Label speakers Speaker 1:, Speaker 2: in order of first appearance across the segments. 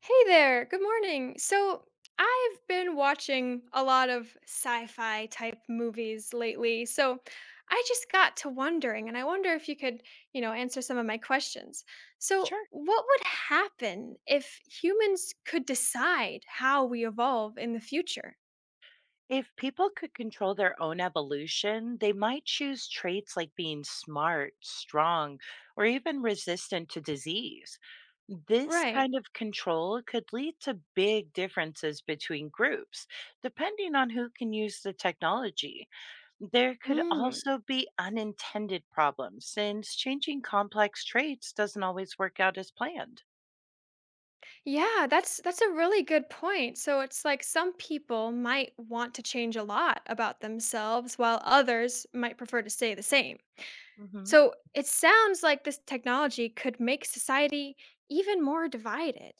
Speaker 1: Hey there, good morning. So, I've been watching a lot of sci fi type movies lately. So, I just got to wondering, and I wonder if you could, answer some of my questions. So,
Speaker 2: Sure.
Speaker 1: what would happen if humans could decide how we evolve in the future?
Speaker 2: If people could control their own evolution, they might choose traits like being smart, strong, or even resistant to disease. This
Speaker 1: Right.
Speaker 2: kind of control could lead to big differences between groups, depending on who can use the technology. There could
Speaker 1: Mm.
Speaker 2: also be unintended problems, since changing complex traits doesn't always work out as planned.
Speaker 1: Yeah, that's a really good point. So it's like some people might want to change a lot about themselves while others might prefer to stay the same.
Speaker 2: Mhm.
Speaker 1: So it sounds like this technology could make society even more divided.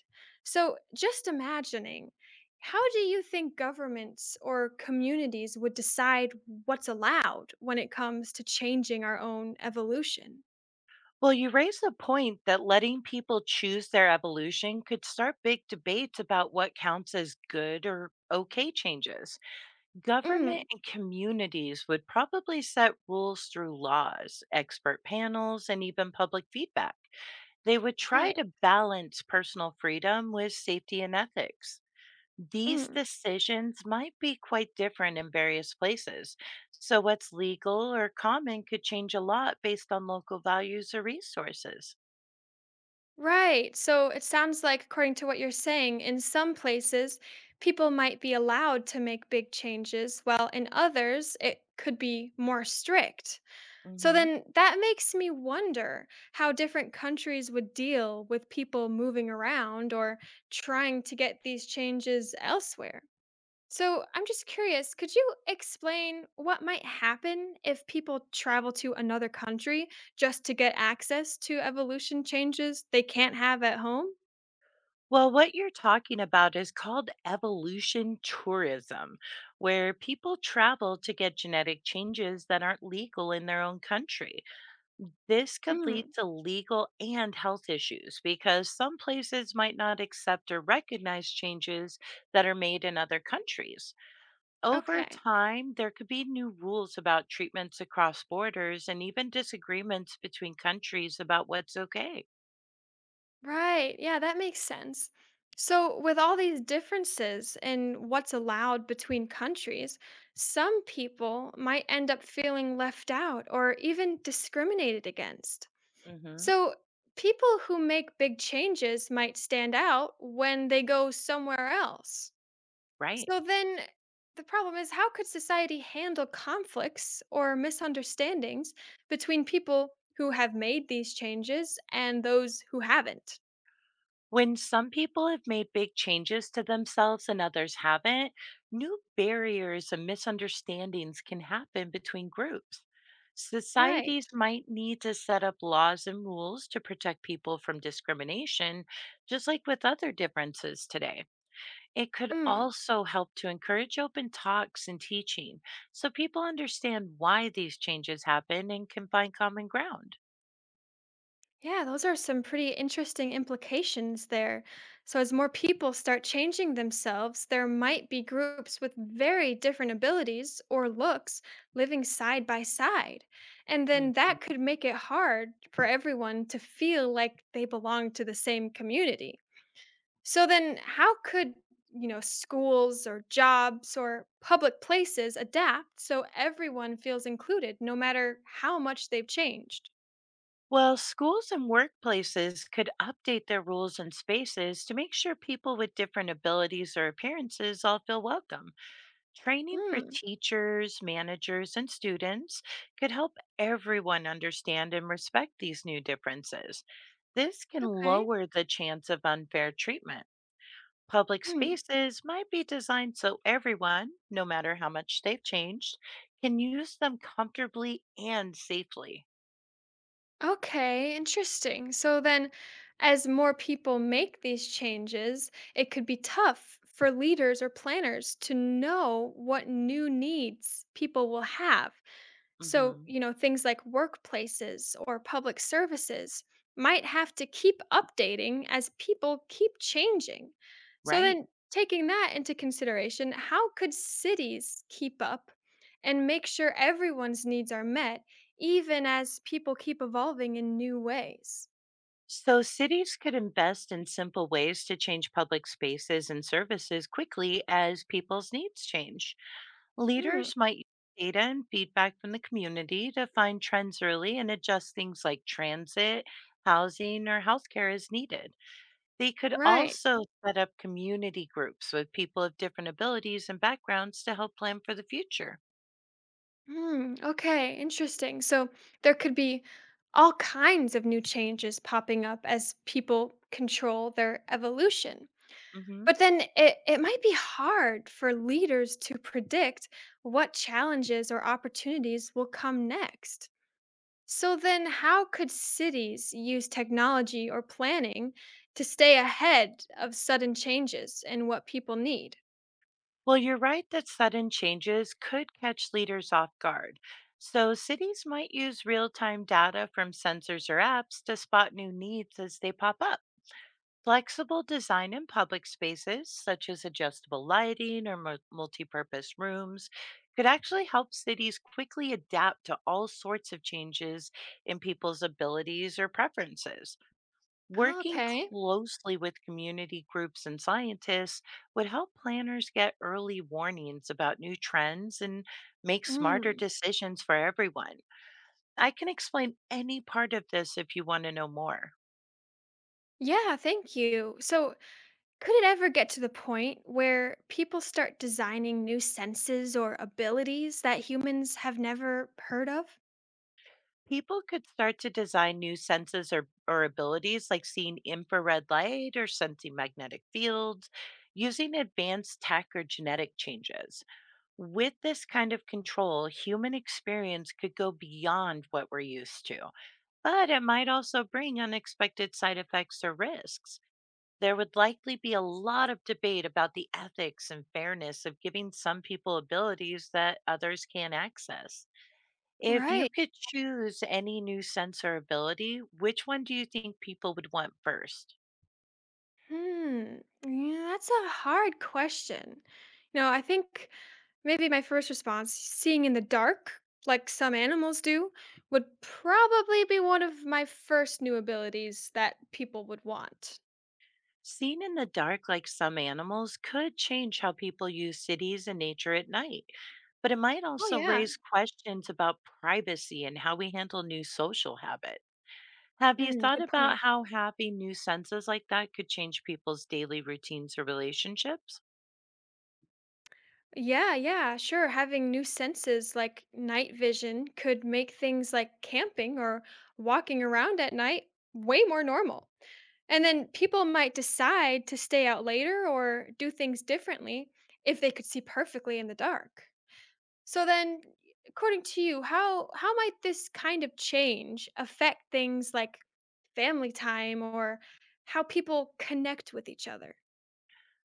Speaker 1: So just imagining, how do you think governments or communities would decide what's allowed when it comes to changing our own evolution?
Speaker 2: Well, you raise a point that letting people choose their evolution could start big debates about what counts as good or okay changes. Government
Speaker 1: Mm,
Speaker 2: and communities would probably set rules through laws, expert panels, and even public feedback. They would try
Speaker 1: right.
Speaker 2: to balance personal freedom with safety and ethics. These
Speaker 1: Mm,
Speaker 2: decisions might be quite different in various places. So, what's legal or common could change a lot based on local values or resources.
Speaker 1: right. So it sounds like, according to what you're saying, in some places, people might be allowed to make big changes, while in others, it could be more strict. So
Speaker 2: Hmm.
Speaker 1: then that makes me wonder how different countries would deal with people moving around or trying to get these changes elsewhere. So I'm just curious, could you explain what might happen if people travel to another country just to get access to evolution changes they can't have at home?
Speaker 2: Well, what you're talking about is called evolution tourism, where people travel to get genetic changes that aren't legal in their own country. This could lead
Speaker 1: Mm,
Speaker 2: to legal and health issues because some places might not accept or recognize changes that are made in other countries. Over
Speaker 1: okay.
Speaker 2: time, there could be new rules about treatments across borders and even disagreements between countries about what's okay.
Speaker 1: Right. Yeah, that makes sense. So, with all these differences in what's allowed between countries, some people might end up feeling left out or even discriminated against.
Speaker 2: Hmm.
Speaker 1: So, people who make big changes might stand out when they go somewhere else.
Speaker 2: Right.
Speaker 1: So, then the problem is how could society handle conflicts or misunderstandings between people who have made these changes and those who haven't?
Speaker 2: When some people have made big changes to themselves and others haven't, new barriers and misunderstandings can happen between groups. Societies
Speaker 1: Right.
Speaker 2: might need to set up laws and rules to protect people from discrimination, just like with other differences today. It could
Speaker 1: Mm.
Speaker 2: also help to encourage open talks and teaching so people understand why these changes happen and can find common ground.
Speaker 1: Yeah, those are some pretty interesting implications there. So, as more people start changing themselves, there might be groups with very different abilities or looks living side by side. And then that
Speaker 2: Mhm.
Speaker 1: could make it hard for everyone to feel like they belong to the same community. So, then how could schools or jobs or public places adapt so everyone feels included no matter how much they've changed.
Speaker 2: Well, schools and workplaces could update their rules and spaces to make sure people with different abilities or appearances all feel welcome. Training for
Speaker 1: Mm,
Speaker 2: teachers, managers, and students could help everyone understand and respect these new differences. This can
Speaker 1: okay.
Speaker 2: lower the chance of unfair treatment. Public
Speaker 1: Hmm.
Speaker 2: spaces might be designed so everyone, no matter how much they've changed, can use them comfortably and safely.
Speaker 1: Okay, interesting. So then, as more people make these changes, it could be tough for leaders or planners to know what new needs people will have. So,
Speaker 2: Hmm.
Speaker 1: things like workplaces or public services might have to keep updating as people keep changing. So,
Speaker 2: Right.
Speaker 1: then taking that into consideration, how could cities keep up and make sure everyone's needs are met, even as people keep evolving in new ways?
Speaker 2: So, cities could invest in simple ways to change public spaces and services quickly as people's needs change.
Speaker 1: Mm,
Speaker 2: Leaders might use data and feedback from the community to find trends early and adjust things like transit, housing, or healthcare as needed. They could
Speaker 1: right.
Speaker 2: also set up community groups with people of different abilities and backgrounds to help plan for the future.
Speaker 1: Mm, okay, interesting. So, there could be all kinds of new changes popping up as people control their evolution.
Speaker 2: Mhm.
Speaker 1: But then it might be hard for leaders to predict what challenges or opportunities will come next. So then how could cities use technology or planning to stay ahead of sudden changes and what people need?
Speaker 2: Well, you're right that sudden changes could catch leaders off guard. So, cities might use real time data from sensors or apps to spot new needs as they pop up. Flexible design in public spaces, such as adjustable lighting or multi-purpose rooms, could actually help cities quickly adapt to all sorts of changes in people's abilities or preferences. Working
Speaker 1: Okay.
Speaker 2: closely with community groups and scientists would help planners get early warnings about new trends and make smarter
Speaker 1: Mm.
Speaker 2: decisions for everyone. I can explain any part of this if you want to know more.
Speaker 1: Yeah, thank you. So, could it ever get to the point where people start designing new senses or abilities that humans have never heard of?
Speaker 2: People could start to design new senses or abilities like seeing infrared light or sensing magnetic fields using advanced tech or genetic changes. With this kind of control, human experience could go beyond what we're used to, but it might also bring unexpected side effects or risks. There would likely be a lot of debate about the ethics and fairness of giving some people abilities that others can't access. If you
Speaker 1: Right.
Speaker 2: could choose any new sense or ability, which one do you think people would want first?
Speaker 1: Hmm. Yeah, that's a hard question. I think maybe my first response, seeing in the dark, like some animals do, would probably be one of my first new abilities that people would want.
Speaker 2: Seeing in the dark like some animals could change how people use cities and nature at night, but it might
Speaker 1: Oh,
Speaker 2: also
Speaker 1: yeah.
Speaker 2: raise questions about privacy and how we handle new social habits. Have you
Speaker 1: Mm,
Speaker 2: thought
Speaker 1: good point.
Speaker 2: about how having new senses like that could change people's daily routines or relationships?
Speaker 1: Yeah, yeah, sure. Having new senses like night vision could make things like camping or walking around at night way more normal. And then people might decide to stay out later or do things differently if they could see perfectly in the dark. So then, according to you, how might this kind of change affect things like family time or how people connect with each other?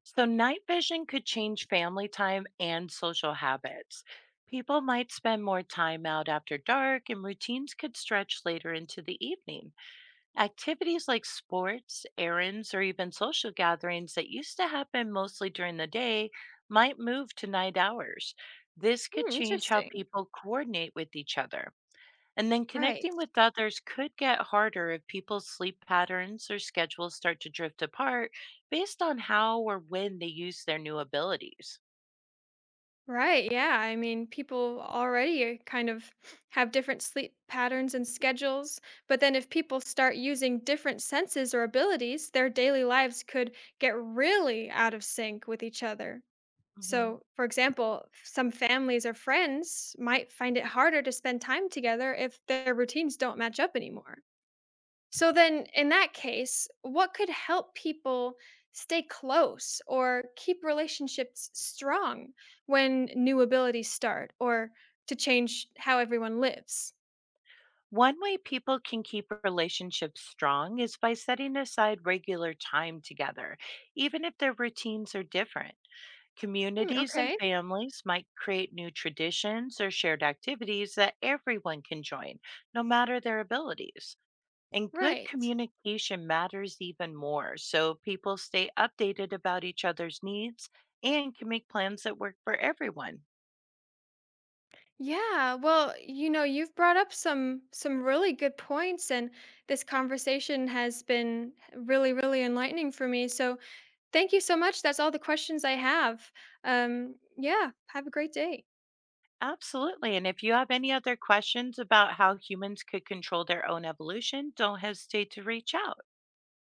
Speaker 2: So, night vision could change family time and social habits. People might spend more time out after dark, and routines could stretch later into the evening. Activities like sports, errands, or even social gatherings that used to happen mostly during the day might move to night hours. This could
Speaker 1: Hmm,
Speaker 2: change how
Speaker 1: interesting.
Speaker 2: people coordinate with each other. And then
Speaker 1: Right.
Speaker 2: connecting with others could get harder if people's sleep patterns or schedules start to drift apart based on how or when they use their new abilities.
Speaker 1: Right, yeah. I mean, people already kind of have different sleep patterns and schedules, but then if people start using different senses or abilities, their daily lives could get really out of sync with each other.
Speaker 2: Mhm.
Speaker 1: So, for example, some families or friends might find it harder to spend time together if their routines don't match up anymore. So then, in that case, what could help people stay close or keep relationships strong when new abilities start or to change how everyone lives?
Speaker 2: One way people can keep relationships strong is by setting aside regular time together, even if their routines are different.
Speaker 1: Hmm,
Speaker 2: Communities and
Speaker 1: okay,
Speaker 2: families might create new traditions or shared activities that everyone can join, no matter their abilities. And good
Speaker 1: right.
Speaker 2: communication matters even more, so people stay updated about each other's needs and can make plans that work for everyone.
Speaker 1: Yeah, you've brought up some really good points and this conversation has been really enlightening for me. So, thank you so much. That's all the questions I have. Yeah, have a great day.
Speaker 2: Absolutely. And if you have any other questions about how humans could control their own evolution, don't hesitate to reach out.